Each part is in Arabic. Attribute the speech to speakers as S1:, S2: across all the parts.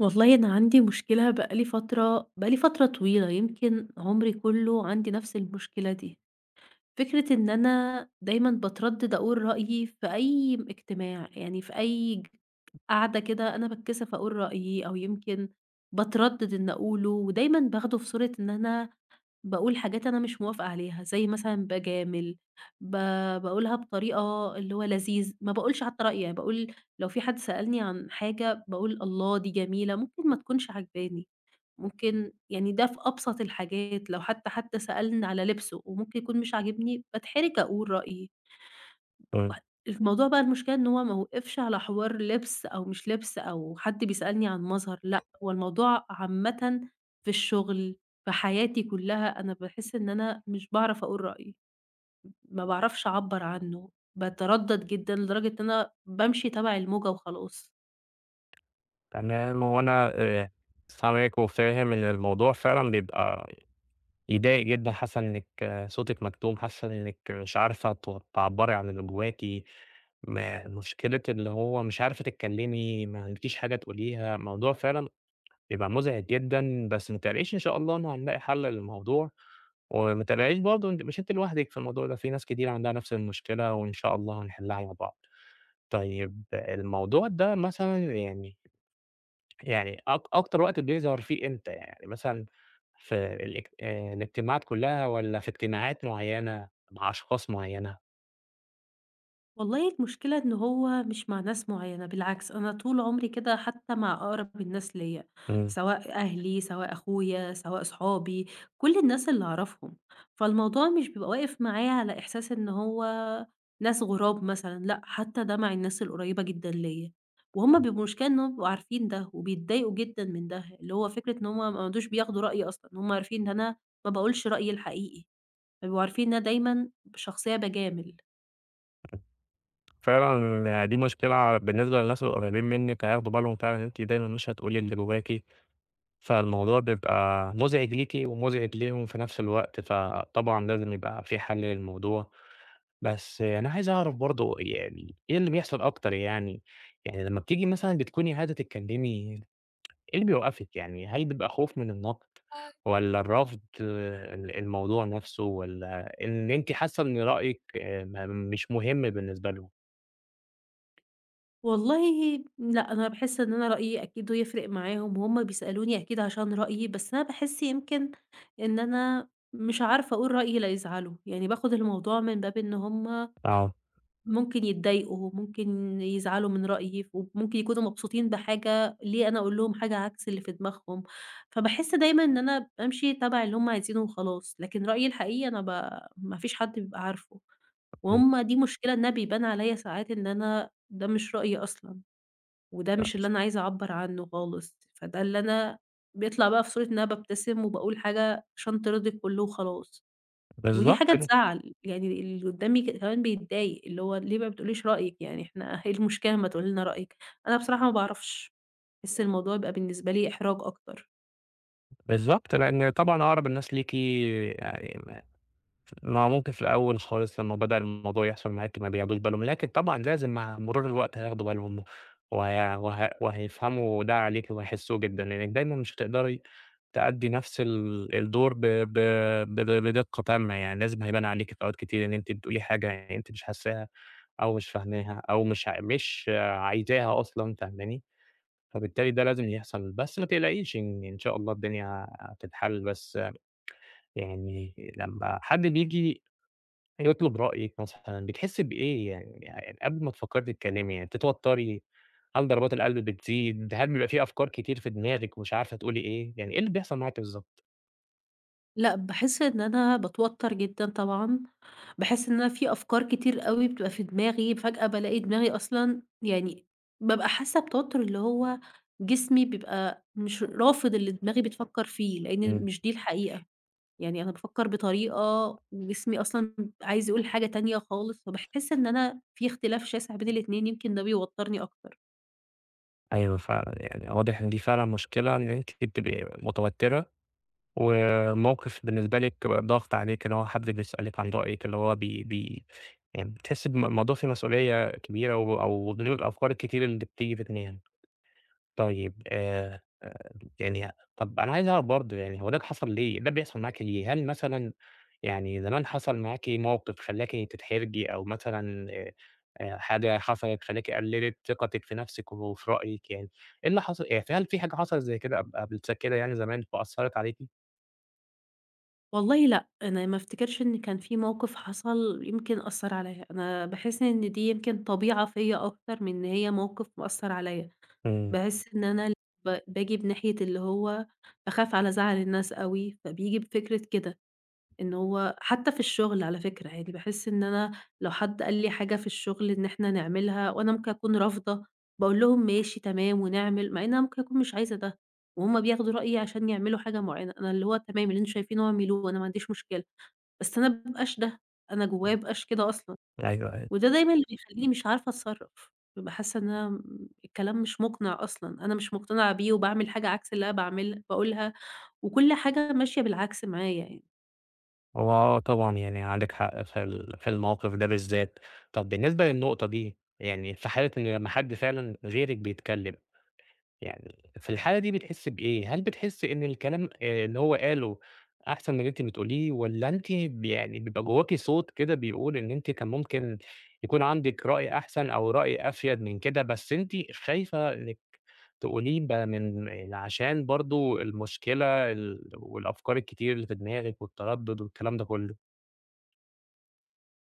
S1: والله أنا عندي مشكلة بقى لي فترة طويلة، يمكن عمري كله عندي نفس المشكلة دي. فكرة إن أنا دايمًا باتردد أقول رأيي في أي اجتماع، يعني في أي قعدة كده أنا باتكسف أقول رأيي أو يمكن باتردد إن أقوله، ودايمًا باخده في صورة إن أنا باقول حاجات أنا مش موافقة عليها، زي مثلًا باجامل، ب باقولها بطريقة اللي هو لذيذ، ما باقولش حتى رأيي، يعني باقول لو في حد سألني عن حاجة باقول الله دي جميلة، ممكن ما تكونش عاجباني. ممكن يعني ده في أبسط الحاجات، لو حتى سألني على لبسه وممكن يكون مش عاجبني، باتحرج أقول رأيي.
S2: إمم،
S1: وح الموضوع بقى المشكلة إن هو ما وقفش على حوار لبس أو مش لبس أو حد بيسألني عن مظهر، لأ، هو الموضوع عامةً في الشغل، في حياتي كلها، أنا باحس إن أنا مش باعرف أقول رأيي، ما باعرفش أعبّر عنه، باتردد جدًا لدرجة إن أنا بامشي تبع الموجة وخلاص.
S2: تمام، وأنا سامعِك وفاهم إن الموضوع فعلًا بيبقى يضايق جدًا، حاسة إنِّك صوتِك مكتوم، حاسة إنِّك مش عارفة تعبّري عن اللي جواكِ، ما مشكلة اللي هو مش عارفة تتكلّمي، ما عندكيش حاجة تقوليها، الموضوع فعلًا بيبقى مُزعج جدًا، بس ما تقلقيش إن شاء الله إنه هنلاقي حَل للموضوع، وما تقلقيش برضه أنتِ مش أنتِ لوحدِك في الموضوع ده، في ناس كتير عندها نَفْس المشكلة وإن شاء الله هنحلّها مع بعض. طيب الموضوع ده مثلًا يعني يعني أك أكتر وقت بيظهر فيه إمتى يعني مثلًا في الاجتماعات كلّها والّا في اجتماعات معيّنة مع أشخاص معيّنة؟
S1: والله المشكلة إن هو مش مع ناس معيّنة، بالعكس أنا طول عمري كده حتى مع أقرب الناس ليّا،
S2: إمم.
S1: سواء أهلي، سواء أخويا، سواء صحابي، كل الناس اللي أعرفهم، فالموضوع مش بيبقى واقف معايا على إحساس إن هو ناس غراب مثلًا، لأ حتى ده مع الناس القريبة جدًا ليّا،
S2: آه.
S1: وهُم بيبقوا المشكلة إنّهم بيبقوا عارفين ده وبيتضايقوا جدًا من ده، اللي هو فكرة إن هُم ما يقعدوش بياخدوا رأيي أصلًا، هُم عارفين إن أنا ما باقولش رأيي الحقيقي، فبيبقوا عارفين إن أنا دايمًا شخصية باجامل.
S2: فعلًا دي مشكلة بالنسبة للناس القريبين منِّك هياخدوا بالهم فعلًا إن أنتِ دايمًا مش هتقولي اللي جواكِ، فالموضوع بيبقى مُزعج ليكِ ومُزعج ليهم في نفس الوقت، فطبعًا لازم يبقى في حل للموضوع. بس أنا عايز أعرف برضه يعني إيه اللي بيحصل أكتر يعني؟ يعني لمّا بتيجي مثلًا بتكوني عايزة تتكلّمي إيه اللي بيوقفِك يعني؟ هل بيبقى خوف من النقد والّا الرفض الموضوع نفسه والّا إن أنتِ حاسة إن رأيِك ما مش مهم بالنسبة لهم؟
S1: والله لأ، أنا باحس إن أنا رأيي أكيد يفرق معاهم، وهُم بيسألوني أكيد عشان رأيي، بس أنا باحس يمكن إن أنا مش عارفة أقول رأيي لا يزعلوا، يعني باخد الموضوع من باب إن هُم
S2: آه،
S1: ممكن يتضايقوا، ممكن يزعلوا من رأيي، وممكن يكونوا مبسوطين بحاجة، ليه أنا أقول لهم حاجة عكس اللي في دماغهم؟ فباحس دايمًا إن أنا بامشي تبع اللي هُم عايزينه وخلاص، لكن رأيي الحقيقي أنا ما فيش حد بيبقى عارفه،
S2: امم،
S1: وهُم دي مشكلة إنها بيبان عليَّ ساعات إن أنا ده مش رأيي أصلًا. وده مش اللي أنا عايزة أعبّر عنّه خالص، فده اللي أنا بيطلع بقى في صورة إن أنا بابتسم وباقول حاجة عشان ترضي الكل وخلاص، ودي
S2: بالضبط
S1: حاجة
S2: كده،
S1: تزعّل، يعني اللي قدّامي كمان بيتضايق، اللي هو ليه ما بتقوليش رأيِك يعني إحنا إيه المشكلة أمّا تقولي لنا رأيِك؟ أنا بصراحة ما باعرفش، باحس الموضوع بيبقى بالنسبة لي إحراج أكتر.
S2: بالضبط، لإن طبعًا أقرب الناس ليكِ يعني ما هو ممكن في الأول خالص لمّا بدأ الموضوع يحصل معاكِ ما بياخدوش بالهم، لكن طبعًا لازم مع مرور الوقت هياخدوا بالهم وهيفهموا ده عليكِ وهيحسوه جدًا، لإنِّك دايمًا مش هتقدري تأدّي نفس الدور بدقة تامة، يعني لازم هيبان عليكِ في أوقات كتير إن أنتِ بتقولي حاجة يعني أنتِ مش حاسّاها أو مش فاهماها أو مش عايزاها أصلًا، فاهماني؟ فبالتالي ده لازم يحصل، بس ما تقلقيش إن شاء الله الدنيا هتتحل، بس يعني لمّا حد بييجي يطلب رأيِك مثلًا بتحسّي بإيه يعني قبل ما تفكّري تتكلّمي يعني بتتوتّري، هل ضربات القلب بتزيد، هل بيبقى في أفكار كتير في دماغِك ومش عارفة تقولي إيه، يعني إيه اللي بيحصل معاكِ بالضبط؟
S1: لأ، باحس إن أنا باتوتر جدًا طبعًا، باحس إن أنا في أفكار كتير أوي بتبقى في دماغي، فجأة بالاقي دماغي أصلًا يعني بابقى حاسة بتوتر اللي هو جسمي بيبقى مش رافض اللي دماغي بتفكر فيه، لإن مش دي الحقيقة، يعني أنا بافكر بطريقة وجسمي أصلًا عايز يقول حاجة تانية خالص، فباحس إن أنا في اختلاف شاسع بين الاتنين يمكن ده بيوترني أكتر.
S2: أيوه فعلًا، يعني واضح إن دي فعلًا مشكلة إن أنتِ بتبقي متوتّرة، والموقف بالنسبة لِك ضاغط عليكِ، اللي هو حد بيسألِك عن رأيِك، اللي هو بي بي يعني بتحسّي الموضوع فيه مسؤولية كبيرة أو غير الأفكار الكتير اللي بتيجي في دماغِك. طيب يعني طَب أنا عايز أعرف برضه يعني هو ده حصل ليه؟ ده بيحصل معاكِ ليه؟ هل مثلًا يعني زمان حصل معاكِ موقف خلّاكِ تتحرجي أو مثلًا حاجة حصلت خلّاكِ قلِّلِت ثقتِك في نَفْسِك وفي رأيِك يعني، إيه اللي حصل يعني هل في حاجة حصلت زي كده قبل كده يعني زمان فأثّرت عليكِ؟
S1: والله لأ، أنا ما أفتكرش إن كان في موقف حصل يمكن أثّر عليَّ، أنا باحس إن دي يمكن طبيعة فيَّ أكتر من إن هي موقف مأثّر عليَّ،
S2: إمم.
S1: باحس إن أنا باجي بناحية اللي هو باخاف على زعل الناس أوي، فبييجي بفكرة كده. إن هو حتى في الشغل على فكرة، يعني باحس إن أنا لو حد قال لي حاجة في الشغل إن إحنا نعملها وأنا ممكن أكون رافضة، باقول لهم ماشي تمام ونعمل، مع إن أنا ممكن أكون مش عايزة ده، وهُم بياخدوا رأيي عشان يعملوا حاجة معيّنة، أنا اللي هو تمام اللي أنتم شايفينه اعملوه أنا ما عنديش مشكلة، بس أنا ما بابقاش ده، أنا جوايا ما بابقاش كده أصلًا،
S2: أيوه، أيوه.
S1: وده دايمًا اللي بيخلّيني مش عارفة أتصرّف، بابقى حاسة إن أنا الكلام مش مقنع أصلًا، أنا مش مقتنعة بيه وباعمل حاجة عكس اللي أنا باعمل باقولها، وكل حاجة ماشية بالعكس معايا يعني.
S2: هو طبعًا، يعني عندِك حق في الموقف ده بالذات. طَب بالنسبة للنقطة دي، يعني في حالة إن لمّا حد فعلًا غيرِك بيتكلِّم يعني في الحالة دي بتحسّي بإيه؟ هل بتحسّي إن الكلام اللي هو قاله أحسن من اللي أنتِ بتقوليه والّا أنتِ يعني بيبقى جواكِ صوت كده بيقول إن أنتِ كان ممكن يكون عندِك رأي أحسن أو رأي أفيد من كده، بس أنتِ خايفة إنِّك تقوليه ب من ال عشان برضه المشكلة والأفكار الكتير اللي في دماغِك والتردُّد والكلام ده كُلّه؟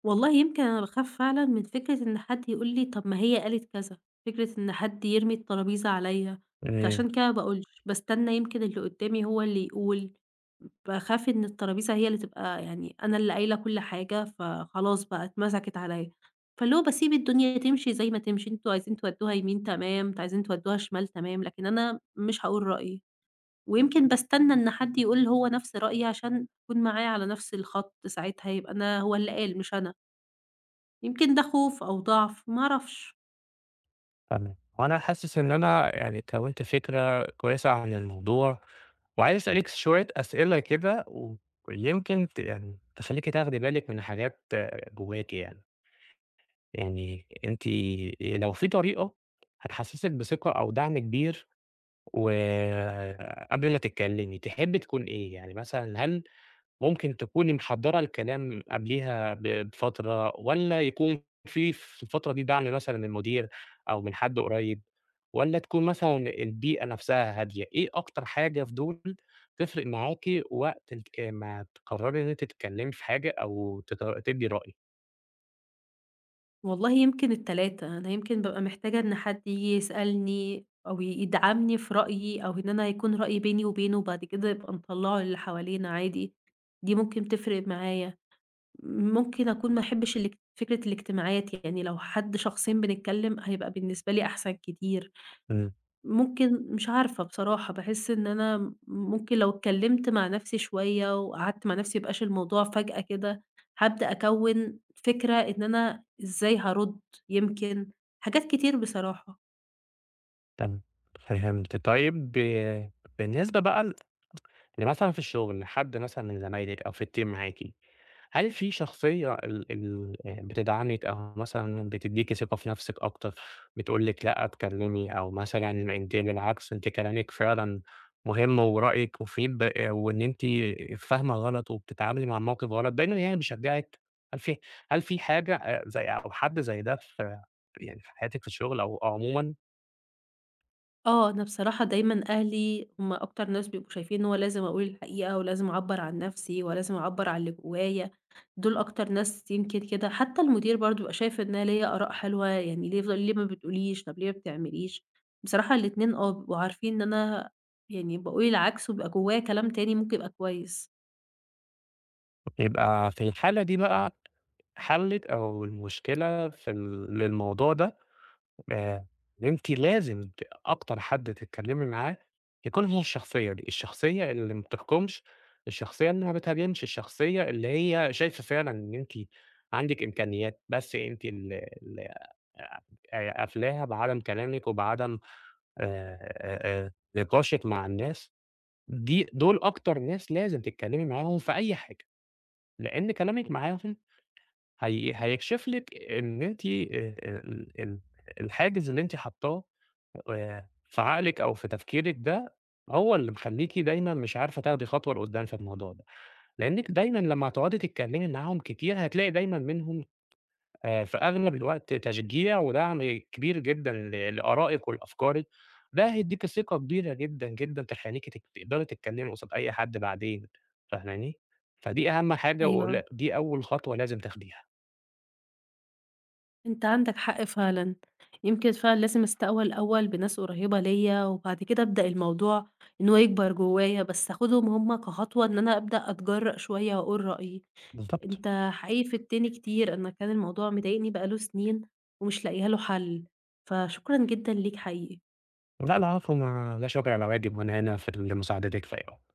S1: والله يمكن أنا باخاف فعلًا من فكرة إن حد يقول لي طَب ما هي قالت كذا، فكرة إن حد يرمي الترابيزة عليّا، فعشان كده ما باقولش، باستنى يمكن اللي قدّامي هو اللي يقول، باخاف إن الترابيزة هي اللي تبقى يعني أنا اللي قايلة كل حاجة، فخلاص بقى اتمسكت عليّا، فاللي هو باسيب الدنيا تمشي زي ما تمشي، أنتم عايزين تودّوها يمين تمام، أنتم عايزين تودّوها شمال تمام، لكن أنا مش هاقول رأيي، ويمكن باستنى إن حد يقول هو نفس رأيي عشان أكون معاه على نفس الخط، ساعتها يبقى أنا هو اللي قال مش أنا. يمكن ده خوف أو ضعف، ما أعرفش،
S2: تمام. وأنا حاسس إن أنا يعني كوِّنت فكرة كويسة عن الموضوع، وعايز أسألِك شوية أسئلة كده ويمكن يعني تخلّيكِ تاخدي بالِك من حاجات جواكِ يعني. يعني أنتِ لو في طريقة هتحسّسِك بثقة أو دعم كبير وقبل ما تتكلمي تحبي تكون إيه؟ يعني مثلًا هل ممكن تكوني محضّرة الكلام قبليها بفترة والّا يكون في الفترة دي دعم مثلًا من المدير أو من حد قريب والّا تكون مثلًا البيئة نفسها هادية؟ إيه أكتر حاجة في دول تفرق معاكِ وقت ما تقرري إن أنتِ تتكلمي في حاجة أو تدّي رأي؟
S1: والله يمكن ال3 أنا يمكن بابقى محتاجة إن حد ييجي يسألني أو يدعمني في رأيي، أو إن أنا يكون رأيي بيني وبينه وبعد كده يبقى نطلّعه للي حوالينا عادي، دي ممكن تفرق معايا. ممكن أكون ما أحبش فكرة الاجتماعات، يعني لو حد شخصين بنتكلم هيبقى بالنسبة لي أحسن كتير.
S2: إمم،
S1: ممكن مش عارفة بصراحة، باحس إن أنا ممكن لو اتكلّمت مع نَفْسي شوية وقعدت مع نَفْسي، ما يبقاش الموضوع فجأة كده، هابدأ أكوِّن فكرة إن أنا إزاي هارُد يمكن، حاجات كتير بصراحة.
S2: تمام، فهمت. طيب بالنسبة بقى يعني مثلًا في الشغل حد مثلًا من زمايلِك أو في الteam معاكِ، هل في شخصية ال ال بتدعمِك أو مثلًا بتدّيكِ ثقة في نفسِك أكتر، بتقول لِك لأ اتكلمي أو مثلًا أنتِ بالعكس أنتِ كلامِك فعلًا مهم ورأيِك مفيد وإن أنتِ فاهمة غلط وبتتعاملي مع الموقف غلط، دايمًا يعني بيشجعِك، هل في هل في حاجة زي أو حد زي ده في يعني في حياتِك في الشغل أو عمومًا؟
S1: آه، أنا بصراحة دايمًا أهلي هُم أكتر ناس بيبقوا شايفين إن هو لازم أقول الحقيقة ولازم أعبّر عن نفسي ولازم أعبّر عن اللي جوايا، دول أكتر ناس يمكن كده. حتى المدير برضه بيبقى شايف إن أنا ليّا آراء حلوة، يعني ليه يفضل ليه ما بتقوليش، طب ليه ما بتعمليش؟ بصراحة الاتنين آه، بيبقوا عارفين إن أنا يعني باقول العكس وبيبقى جوايا كلام تاني ممكن يبقى كويس.
S2: يبقى في الحالة دي بقى حلِّت أو المشكلة في ال للموضوع ده آآ، أنتِ لازم أكتر حد تتكلّمي معاه يكون هو الشخصية دي، الشخصية اللي ما بتحكُمش، الشخصية اللي ما بتهاجمش، الشخصية اللي هي شايفة فعلًا إن أنتِ عندِك إمكانيات، بس أنتِ ال ال قافلاها بعدم كلامِك وبعدم نقاشِك مع الناس، دول أكتر ناس لازم تتكلّمي معاهم في أي حاجة، لإن كلامِك معاهم هيكشف لِك إن أنتِ ال ال الحاجز اللي أنتِ حاطاه في عقلِك أو في تفكيرِك ده، هو اللي مخلّيكِ دايمًا مش عارفة تاخدي خطوة لقدّام في الموضوع ده، لإنِّك دايمًا لمّا هتقعدي تتكلمي معاهم كتير، هتلاقي دايمًا منهم في أغلب الوقت تشجيع ودعم كبير جدًا لآرائِك ولأفكارِك، ده هيدّيكِ ثقة كبيرة جدًا، جدًا تخلّيكِ تقدري تتكلمي قصاد أي حد بعدين، فاهماني؟ فدي أهم حاجة
S1: أيوه.
S2: ولا دي أول خطوة لازم تاخديها.
S1: أنت عندك حق فعلًا، يمكن فعلًا لازم أستقوى الأول بناس قريبة ليّا، وبعد كده أبدأ الموضوع إن هو يكبر جوايا، بس آخدهم هُم كخطوة إن أنا أبدأ أتجرأ شوية وأقول رأيي.
S2: بالضبط.
S1: أنت حقيقي فدتني كتير، أنا كان الموضوع مضايقني بقى له سنين ومش لاقية له حل، فشكرًا جدًا ليك حقيقي.
S2: لأ العفو، ما لا شكر على واجب، وأنا هنا لمساعدتِك في أي وقت.